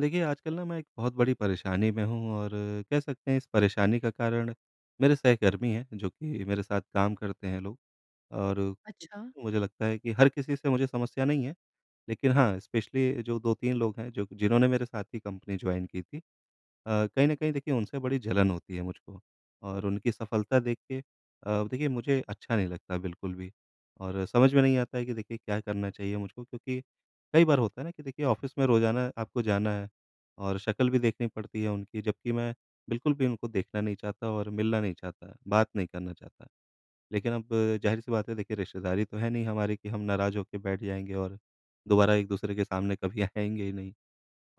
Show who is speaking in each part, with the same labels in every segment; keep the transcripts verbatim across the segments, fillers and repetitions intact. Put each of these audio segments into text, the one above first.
Speaker 1: देखिए, आजकल ना मैं एक बहुत बड़ी परेशानी में हूँ और कह सकते हैं इस परेशानी का कारण मेरे सहकर्मी हैं, जो कि मेरे साथ काम करते हैं लोग। और
Speaker 2: अच्छा।
Speaker 1: मुझे लगता है कि हर किसी से मुझे समस्या नहीं है, लेकिन हाँ, स्पेशली जो दो तीन लोग हैं जो जिन्होंने मेरे साथ ही कंपनी जॉइन की थी। अ, कहीं न कहीं देखिए उनसे बड़ी जलन होती है मुझको और उनकी सफलता देख के अ, देखिए मुझे अच्छा नहीं लगता बिल्कुल भी। और समझ में नहीं आता है कि देखिए क्या करना चाहिए मुझको, क्योंकि कई बार होता है ना कि देखिए ऑफ़िस में रोज़ाना आपको जाना है और शक्ल भी देखनी पड़ती है उनकी, जबकि मैं बिल्कुल भी उनको देखना नहीं चाहता और मिलना नहीं चाहता, बात नहीं करना चाहता। लेकिन अब ज़ाहिर-सी बात है देखिए रिश्तेदारी तो है नहीं हमारी कि हम नाराज़ होके बैठ जाएँगे और दोबारा एक-दूसरे के सामने कभी आएँगे ही नहीं।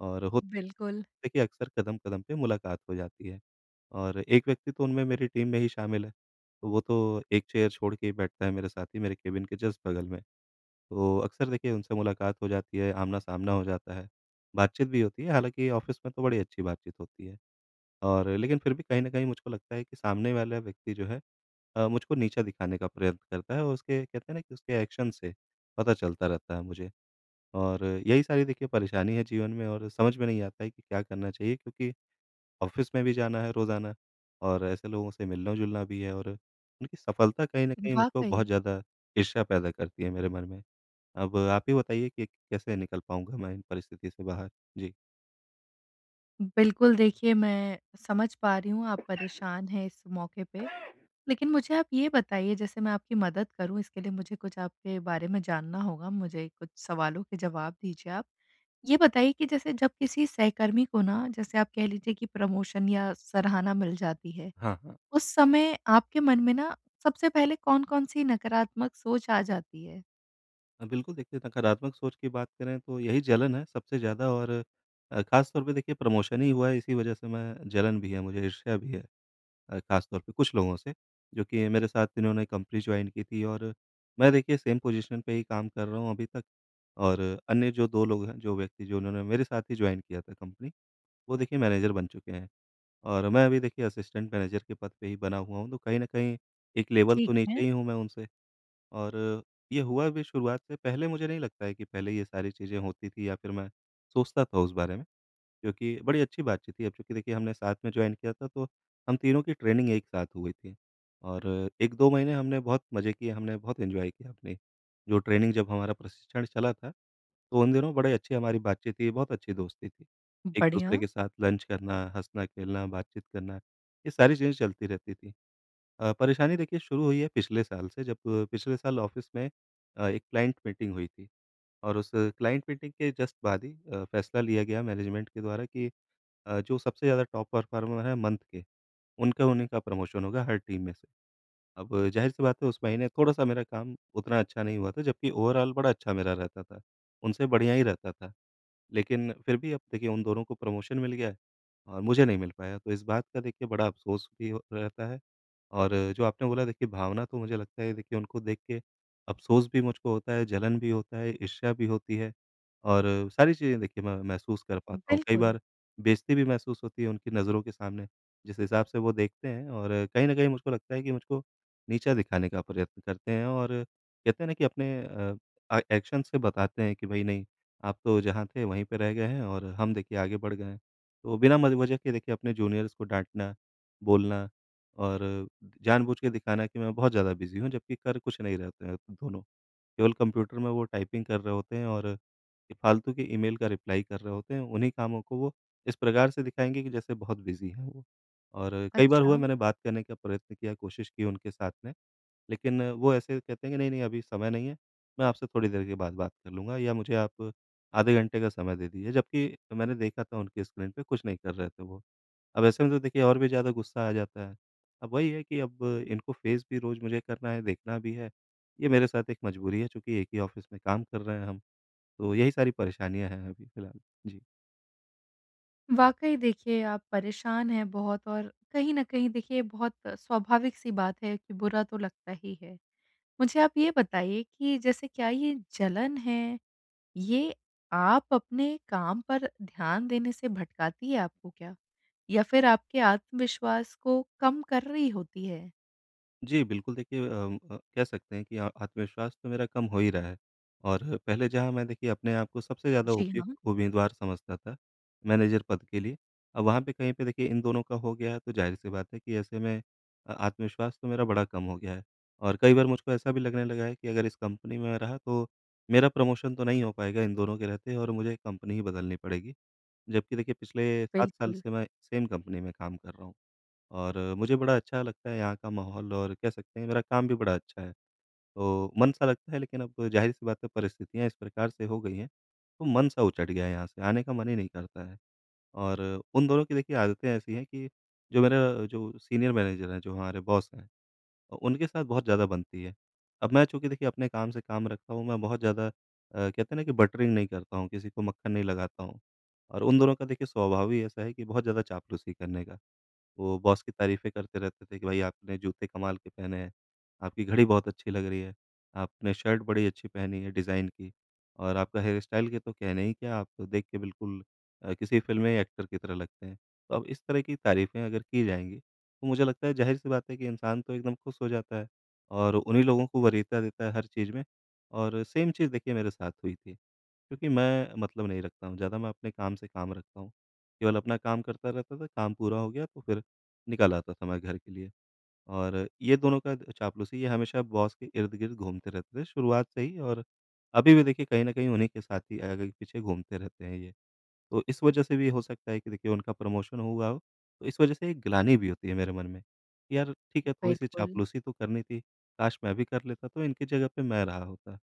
Speaker 1: और हो
Speaker 2: बिल्कुल।
Speaker 1: देखिए अक्सर कदम-कदम पे मुलाकात हो जाती है और एक व्यक्ति तो उनमें मेरी टीम में ही शामिल है। तो वो तो एक चेयर छोड़ के ही बैठता है, मेरे साथ ही मेरे केबिन के जस्ट बगल में। तो अक्सर देखिए उनसे मुलाकात हो जाती है, आमना-सामना हो जाता है, बातचीत भी होती है, हालाँकि ऑफ़िस में तो बड़ी अच्छी बातचीत होती है। और लेकिन फिर भी कहीं न कहीं मुझको लगता है कि सामने वाला व्यक्ति जो है अ, मुझको नीचा दिखाने का प्रयत्न करता है और उसके कहते हैं ना कि उसके एक्शन से पता चलता रहता है मुझे। और यही सारी देखिए परेशानी है जीवन में, और समझ में नहीं आता है कि क्या करना चाहिए, क्योंकि ऑफ़िस में भी जाना है रोज़ाना और ऐसे लोगों से मिलना-जुलना भी है, और उनकी सफलता कहीं न कहीं मुझको
Speaker 2: वाक़ई।
Speaker 1: बहुत ज़्यादा ईर्ष्या पैदा करती है मेरे मन में। अब आप ही बताइए कि कैसे निकल पाऊँगा मैं इन परिस्थिति से बाहर? जी।
Speaker 2: बिल्कुल, देखिए मैं समझ पा रही हूँ आप परेशान हैं इस मौके पे। लेकिन मुझे आप ये बताइए, जैसे मैं आपकी मदद करूँ इसके लिए मुझे कुछ आपके बारे में जानना होगा, मुझे कुछ सवालों के जवाब दीजिए आप। ये बताइए कि जैसे जब किसी सहकर्मी को ना जैसे आप कह लीजिए कि प्रमोशन या सराहना मिल जाती है,
Speaker 1: हाँ, हाँ।
Speaker 2: उस समय आपके मन में ना सबसे पहले कौन-कौन सी नकारात्मक सोच आ जाती है?
Speaker 1: अ, बिल्कुल देखिए नकारात्मक सोच की बात करें तो यही जलन है सबसे ज़्यादा। और अ, ख़ास तौर पे देखिए प्रमोशन ही हुआ है, इसी वजह से मैं जलन भी है मुझे, ईर्ष्या भी है। अ, ख़ास तौर पे कुछ लोगों से, जो कि मेरे साथ इन्होंने कंपनी जॉइन की थी, और मैं देखिए सेम पोज़ीशन पे ही काम कर रहा हूँ अभी तक। और अन्य जो दो लोग हैं, जो व्यक्ति जो उन्होंने मेरे साथ ही जॉइन किया था कंपनी, वो देखिए मैनेजर बन चुके हैं और मैं अभी देखिए असिस्टेंट मैनेजर के पद पे ही बना हुआ हूँ, तो कहीं न कहीं एक लेवल तो
Speaker 2: ठीक
Speaker 1: नीचे
Speaker 2: है।
Speaker 1: ही हूँ मैं उनसे। और ये हुआ भी शुरुआत से। पहले मुझे नहीं लगता है कि पहले ये सारी चीज़ें होती थी या फिर मैं सोचता था उस बारे में, क्योंकि बड़ी अच्छी बातचीत थी। अब चूँकि देखिए हमने साथ में जॉइन किया था, तो हम तीनों की ट्रेनिंग एक साथ हुई थी। और एक दो महीने हमने बहुत मज़े किए, हमने बहुत एन्जॉय किया अपनी जो ट्रेनिंग जब हमारा प्रशिक्षण चला था, तो उन दिनों बड़ी अच्छी हमारी बातचीत थी, बहुत अच्छी दोस्ती थी। एक-दूसरे
Speaker 2: बढ़िया।
Speaker 1: के साथ लंच करना, हँसना-खेलना, बातचीत करना, ये सारी चीज़ें चलती रहती थी। अ, परेशानी देखिए शुरू हुई है पिछले साल से, जब अ, पिछले साल ऑफ़िस में अ, एक क्लाइंट मीटिंग हुई थी और उस क्लाइंट मीटिंग के जस्ट बाद ही अ, फैसला लिया गया मैनेजमेंट के द्वारा कि अ, जो सबसे ज़्यादा टॉप परफ़ॉर्मर है मंथ के, उनका उन्हीं का प्रमोशन होगा हर टीम में से। अब ज़ाहिर-सी बात है उस महीने थोड़ा-सा मेरा काम उतना अच्छा नहीं हुआ था, जबकि ओवरॉल बड़ा अच्छा मेरा रहता था, उनसे बढ़िया ही रहता था। लेकिन फिर भी अब देखिए उन दोनों को प्रमोशन मिल गया है और मुझे नहीं मिल पाया, तो इस बात का देखिए बड़ा अफ़सोस भी हो रहता है। और जो आपने बोला देखिए भावना, तो मुझे लगता है देखिए उनको देख के अफ़सोस भी मुझको होता है, जलन भी होता है, ईर्ष्या भी होती है और सारी चीज़ें देखिए मैं महसूस कर पाता हूँ। कई
Speaker 2: बिल्कुल।
Speaker 1: बार बेइज़्ज़ती भी महसूस होती है उनकी नज़रों के सामने, जिस हिसाब से वो देखते हैं, और कहीं न कहीं मुझको लगता है कि मुझको नीचा दिखाने का प्रयत्न करते हैं और कहते हैं ना कि अपने अ, आ एक्शन से बताते हैं कि भई नहीं, आप तो जहाँ थे वहीं पे रह गए हैं और हम देखिए आगे बढ़ गए हैं। तो बिना मज वजह के देखिए अपने जूनियर्स को डाँटना, बोलना और जानबूझ के दिखाना कि मैं बहुत ज़्यादा बिज़ी हूँ, जबकि कर कुछ नहीं रहते हैं दोनों। केवल कंप्यूटर में वो टाइपिंग कर रहे होते हैं और ये फालतू के ईमेल का रिप्लाई कर रहे होते हैं। उन्हीं कामों को वो इस प्रकार से दिखाएँगे कि जैसे बहुत बिज़ी हैं वो। और कई बार
Speaker 2: अच्छा।
Speaker 1: हुआ मैंने बात करने का प्रयत्न किया, कोशिश की उनके साथ में, लेकिन वो ऐसे कहते हैं कि नहीं, नहीं अभी समय नहीं है, मैं आपसे थोड़ी देर के बाद बात कर लूँगा या मुझे आप आधे घंटे का समय दे दीजिए, जबकि मैंने देखा था उनकी स्क्रीन पे कुछ नहीं कर रहे थे वो। अब ऐसे में तो देखिए और भी ज़्यादा गुस्सा आ जाता है। अब वही है कि अब इनको फेस भी रोज़ मुझे करना है, देखना भी है, ये मेरे साथ एक मजबूरी है, चूँकि एक ही ऑफ़िस में काम कर रहे हैं हम, तो यही सारी परेशानियाँ हैं अभी फ़िलहाल। जी।
Speaker 2: वाक़ई देखिए, आप परेशान हैं बहुत और कहीं न कहीं देखिए बहुत स्वाभाविक-सी बात है कि बुरा तो लगता ही है। मुझे आप ये बताइए कि जैसे क्या ये जलन है, ये आप अपने काम पर ध्यान देने से भटकाती है आपको क्या? या फिर आपके आत्मविश्वास को कम कर रही होती है?
Speaker 1: जी, बिल्कुल देखिए अम, अ, कह सकते हैं कि अ, आत्मविश्वास तो मेरा कम हो ही रहा है और पहले जहाँ मैं देखिए अपने आप को सबसे ज़्यादा
Speaker 2: जी हाँ,
Speaker 1: उपयुक्त उम्मीदवार समझता था मैनेजर पद के लिए, अब वहाँ पे कहीं पे देखिए इन दोनों का हो गया है, तो ज़ाहिर-सी बात है कि ऐसे में अ, आत्मविश्वास तो मेरा बड़ा कम हो गया है और कई बार मुझको ऐसा भी लगने लगा है कि अगर इस कंपनी में मैं रहा तो मेरा प्रमोशन तो नहीं हो पाएगा इन दोनों के रहते, और मुझे कंपनी ही बदलनी पड़ेगी। जबकि देखिए पिछले सात साल
Speaker 2: बिल्कुल,
Speaker 1: से मैं सेम कंपनी में काम कर रहा हूँ। और मुझे बड़ा अच्छा लगता है यहाँ का माहौल, और कह सकते हैं मेरा काम भी बड़ा अच्छा है। तो मन सा लगता है, लेकिन अब ज़ाहिर-सी बात है परिस्थितियाँ इस प्रकार से हो गई हैं, तो मन सा उचट गया है यहाँ से, आने का मन ही नहीं करता है। और उन दोनों की देखिए आदतें ऐसी हैं कि जो मेरा जो सीनियर मैनेजर हैं, जो हमारे बॉस हैं, अ, उनके साथ बहुत ज़्यादा बनती है। अब मैं चूँकि देखिए अपने काम से काम रखता हूँ, मैं बहुत ज़्यादा अ, कहते हैं ना कि बटरिंग नहीं करता हूँ, किसी को मक्खन नहीं लगाता हूँ। और उन दोनों का देखिए स्वभाव ही ऐसा है कि बहुत ज़्यादा चापलूसी करने का। वो बॉस की तारीफ़ें करते रहते थे कि भाई आपने जूते कमाल के पहने हैं, आपकी घड़ी बहुत अच्छी लग रही है, आपने शर्ट बड़ी अच्छी पहनी है डिज़ाइन की, और आपका हेयर स्टाइल के तो कहने ही क्या, आप तो देख के बिल्कुल अ, किसी फ़िल्म में एक्टर की तरह लगते हैं। तो अब इस तरह की तारीफ़ें अगर की जाएँगी, तो मुझे लगता है ज़ाहिर-सी बात है कि इंसान तो एकदम खुश हो जाता है और उन्हीं लोगों को वरीयता देता है हर चीज़ में। और सेम चीज़ देखिए मेरे साथ हुई थी, क्योंकि मैं मतलब नहीं रखता हूँ, ज़्यादा मैं अपने काम से काम रखता हूँ। केवल अपना काम करता रहता था, काम पूरा हो गया तो फिर निकाल आता था मैं घर के लिए। और ये दोनों का चापलूसी, ये हमेशा बॉस के इर्द-गिर्द घूमते रहते थे शुरुआत से ही, और अभी भी देखिए कहीं न कहीं उन्हीं के साथ ही आगे-पीछे घूमते रहते हैं ये। तो इस वजह से भी हो सकता है कि देखिए उनका प्रमोशन हुआ हो, तो इस वजह से एक ग्लानि भी होती है मेरे मन में, कि यार ठीक है थोड़ी-सी
Speaker 2: बिल्कुल।
Speaker 1: चापलूसी तो करनी थी, काश मैं भी कर लेता तो इनकी जगह पे मैं रहा होता।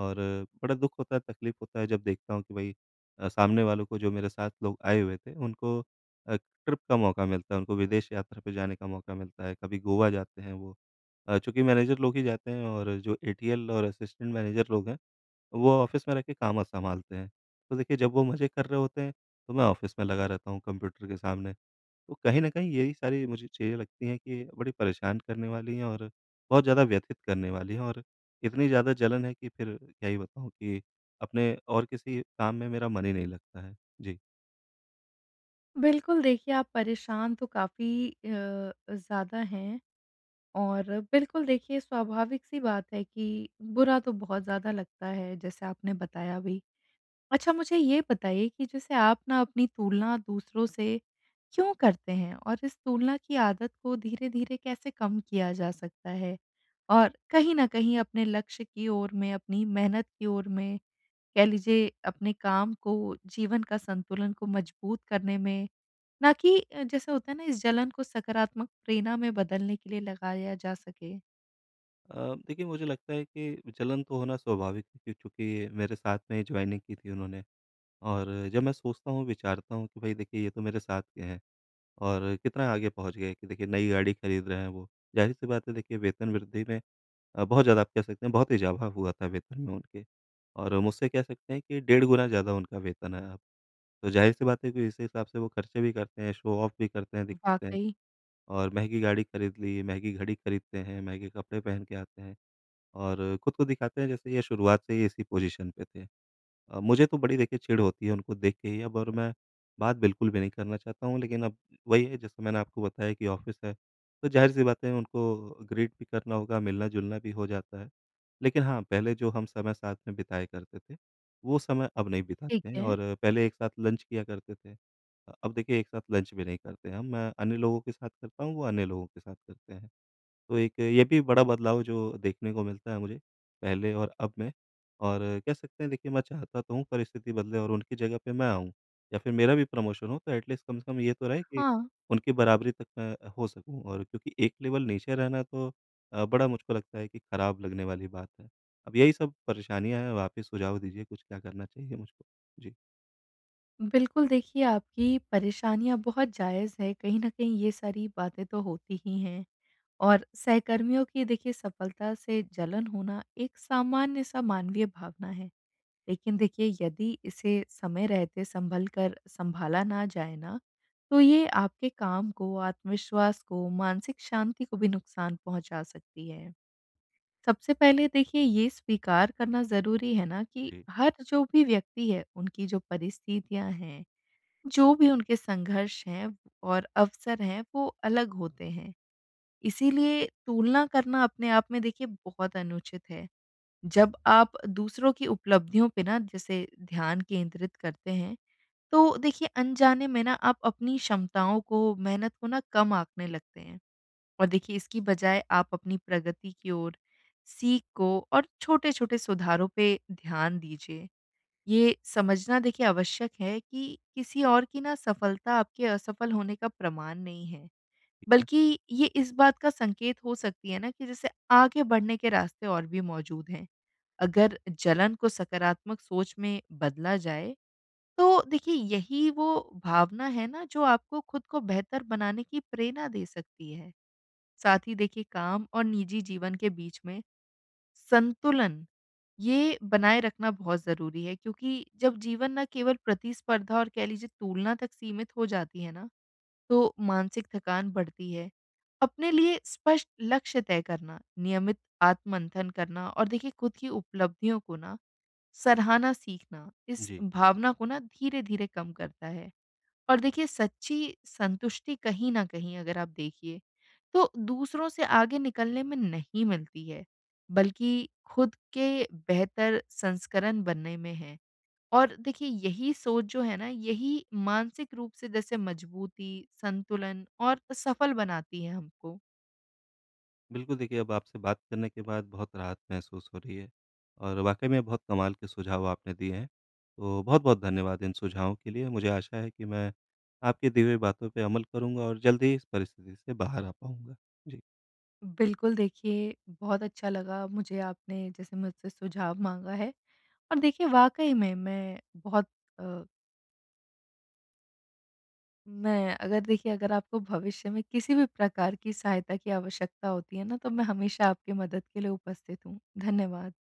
Speaker 1: और बड़ा दुःख होता है, तकलीफ़ होता है जब देखता हूँ कि भई अ, सामने वालों को, जो मेरे साथ लोग आए हुए थे, उनको अ, ट्रिप का मौका मिलता है, उनको विदेश यात्रा पे जाने का मौका मिलता है, कभी गोवा जाते हैं वो। अ, चूँकि मैनेजर लोग ही जाते हैं और जो एटीएल और असिस्टेंट मैनेजर लोग हैं, वो ऑफ़िस में रह के काम सँभालते हैं। तो देखिए जब वो मज़े कर रहे होते हैं, तो मैं ऑफ़िस में लगा रहता हूँ कंप्यूटर के सामने। तो कहीं न कहीं यही सारी मुझे चीज़ें लगती हैं कि बड़ी परेशान करने वाली हैं और बहुत ज़्यादा व्यथित करने वाली हैं, और इतनी ज़्यादा जलन है कि फिर क्या ही बताऊँ कि अपने और किसी काम में मेरा मन ही नहीं लगता है। जी।
Speaker 2: बिल्कुल, देखिए आप परेशान तो काफ़ी अ, ज़्यादा हैं। और बिल्कुल देखिए स्वाभाविक सी बात है कि बुरा तो बहुत ज़्यादा लगता है, जैसे आपने बताया भी। अच्छा, मुझे ये बताइए कि जैसे आप ना अपनी तुलना दूसरों से क्यों करते हैं? और इस तुलना की आदत को धीरे-धीरे कैसे कम किया जा सकता है? और कहीं न कहीं अपने लक्ष्य की ओर में, अपनी मेहनत की ओर में, कह लीजिए अपने काम को, जीवन का संतुलन को मजबूत करने में, ना कि अ, जैसे होता है ना इस जलन को सकारात्मक प्रेरणा में बदलने के लिए लगाया जा सके।
Speaker 1: अ, देखिए मुझे लगता है कि जलन तो होना स्वाभाविक है कि चूँकि मेरे साथ में जॉइनिंग की थी उन्होंने, और जब मैं सोचता हूँ, विचारता हूँ कि भई देखिए ये तो मेरे साथ के हैं। और कितना आगे पहुँच गए कि देखिए नई गाड़ी खरीद रहे हैं वो। ज़ाहिर-सी बात है देखिए वेतन वृद्धि में अ, बहुत ज़्यादा आप कह सकते हैं बहुत इज़ाफ़ा हुआ था वेतन में उनके, और मुझसे कह सकते हैं कि डेढ़ गुना ज़्यादा उनका वेतन है अब। तो ज़ाहिर-सी बात है कि इसी हिसाब से वो खर्चे भी करते हैं, शो ऑफ भी करते हैं, दिखाते हैं
Speaker 2: वाक़ई।
Speaker 1: और महँगी गाड़ी खरीद ली, महँगी घड़ी खरीदते हैं, महँगे कपड़े पहन के आते हैं और खुद को दिखाते हैं जैसे ये शुरुआत से ही इसी पोज़ीशन पे थे। अ, मुझे तो बड़ी देखिए चिढ़ होती है उनको देख के ही अब, और मैं बात बिल्कुल भी नहीं करना चाहता हूँ, लेकिन अब वही है जैसे मैंने आपको बताया कि ऑफ़िस है, तो ज़ाहिर-सी बात है उनको ग्रीट भी करना होगा, मिलना-जुलना भी हो जाता है। लेकिन हाँ, पहले जो हम समय साथ में बिताया करते थे, वो समय अब नहीं
Speaker 2: ठीक
Speaker 1: बिताते हैं,
Speaker 2: है।
Speaker 1: और पहले एक साथ लंच किया करते थे। अ, अब देखिए एक साथ लंच भी नहीं करते हम, मैं अन्य लोगों के साथ करता हूँ, वो अन्य लोगों के साथ करते हैं। तो एक ये भी बड़ा बदलाव जो देखने को मिलता है मुझे, पहले और अब में। और कह सकते हैं देखिए मैं चाहता तो हूँ परिस्थिति बदले और उनकी जगह पे मैं आऊँ या फिर मेरा भी प्रमोशन हो, तो एटलीस्ट कम से कम ये तो रहे कि
Speaker 2: हाँ,
Speaker 1: उनकी बराबरी तक मैं हो सकूँ, और क्योंकि एक लेवल नीचे रहना तो अ, बड़ा मुझको लगता है कि खराब लगने वाली बात है। अब यही सब परेशानियाँ हैं, आप ही सुझाव दीजिए कुछ क्या करना चाहिए मुझको? जी।
Speaker 2: बिल्कुल देखिए आपकी परेशानियाँ बहुत जायज़ हैं, कहीं न कहीं ये सारी बातें तो होती ही हैं और सहकर्मियों की देखिए सफलता से जलन होना एक सामान्य-सा मानवीय भावना है। लेकिन देखिए यदि इसे समय रहते सँभल कर सँभाला ना जाए ना, तो ये आपके काम को, आत्मविश्वास को, मानसिक शांति को भी नुकसान पहुँचा सकती है। सबसे पहले देखिए ये स्वीकार करना ज़रूरी है ना कि
Speaker 1: जी,
Speaker 2: हर जो भी व्यक्ति है, उनकी जो परिस्थितियाँ हैं, जो भी उनके संघर्ष हैं और अवसर हैं, वो अलग होते हैं। इसीलिए तुलना करना अपने आप में देखिए बहुत अनुचित है। जब आप दूसरों की उपलब्धियों पे ना जैसे ध्यान केंद्रित करते हैं, तो देखिए अनजाने में ना आप अपनी क्षमताओं को, मेहनत को ना कम आँकने लगते हैं। और देखिए इसकी बजाय आप अपनी प्रगति की ओर, सीख को और छोटे-छोटे सुधारों पे ध्यान दीजिए। ये समझना देखिए आवश्यक है कि किसी और की ना सफलता आपके असफल होने का प्रमाण नहीं है,
Speaker 1: ठीक है।
Speaker 2: बल्कि ये इस बात का संकेत हो सकती है ना कि जैसे आगे बढ़ने के रास्ते और भी मौजूद हैं। अगर जलन को सकारात्मक सोच में बदला जाए, तो देखिए यही वो भावना है ना जो आपको खुद को बेहतर बनाने की प्रेरणा दे सकती है। साथ ही देखिए काम और निजी जीवन के बीच में संतुलन ये बनाए रखना बहुत ज़रूरी है, क्योंकि जब जीवन ना केवल प्रतिस्पर्धा और कह लीजिए तुलना तक सीमित हो जाती है ना, तो मानसिक थकान बढ़ती है। अपने लिए स्पष्ट लक्ष्य तय करना, नियमित आत्ममंथन करना और देखिए खुद की उपलब्धियों को ना सराहना सीखना, इस
Speaker 1: जी।
Speaker 2: भावना को ना धीरे-धीरे कम करता है। और देखिए सच्ची संतुष्टि कहीं न कहीं अगर आप देखिए, तो दूसरों से आगे निकलने में नहीं मिलती है, बल्कि खुद के बेहतर संस्करण बनने में है। और देखिए यही सोच जो है ना, यही मानसिक रूप से जैसे मजबूती, संतुलन और सफल बनाती है हमको।
Speaker 1: बिल्कुल, देखिए अब आपसे बात करने के बाद बहुत राहत महसूस हो रही है और वाक़ई में बहुत कमाल के सुझाव आपने दिए हैं। तो बहुत-बहुत धन्यवाद इन सुझावों के लिए। मुझे आशा है कि मैं आपकी दी हुई बातों पे अमल करूँगा और जल्द ही इस परिस्थिति से बाहर आ पाऊँगा। जी।
Speaker 2: बिल्कुल देखिए, बहुत अच्छा लगा मुझे आपने जैसे मुझसे सुझाव माँगा है और देखिए वाक़ई में मैं बहुत अ मैं अगर देखिए अगर आपको भविष्य में किसी भी प्रकार की सहायता की आवश्यकता होती है ना, तो मैं हमेशा आपकी मदद के लिए उपस्थित हूँ। धन्यवाद।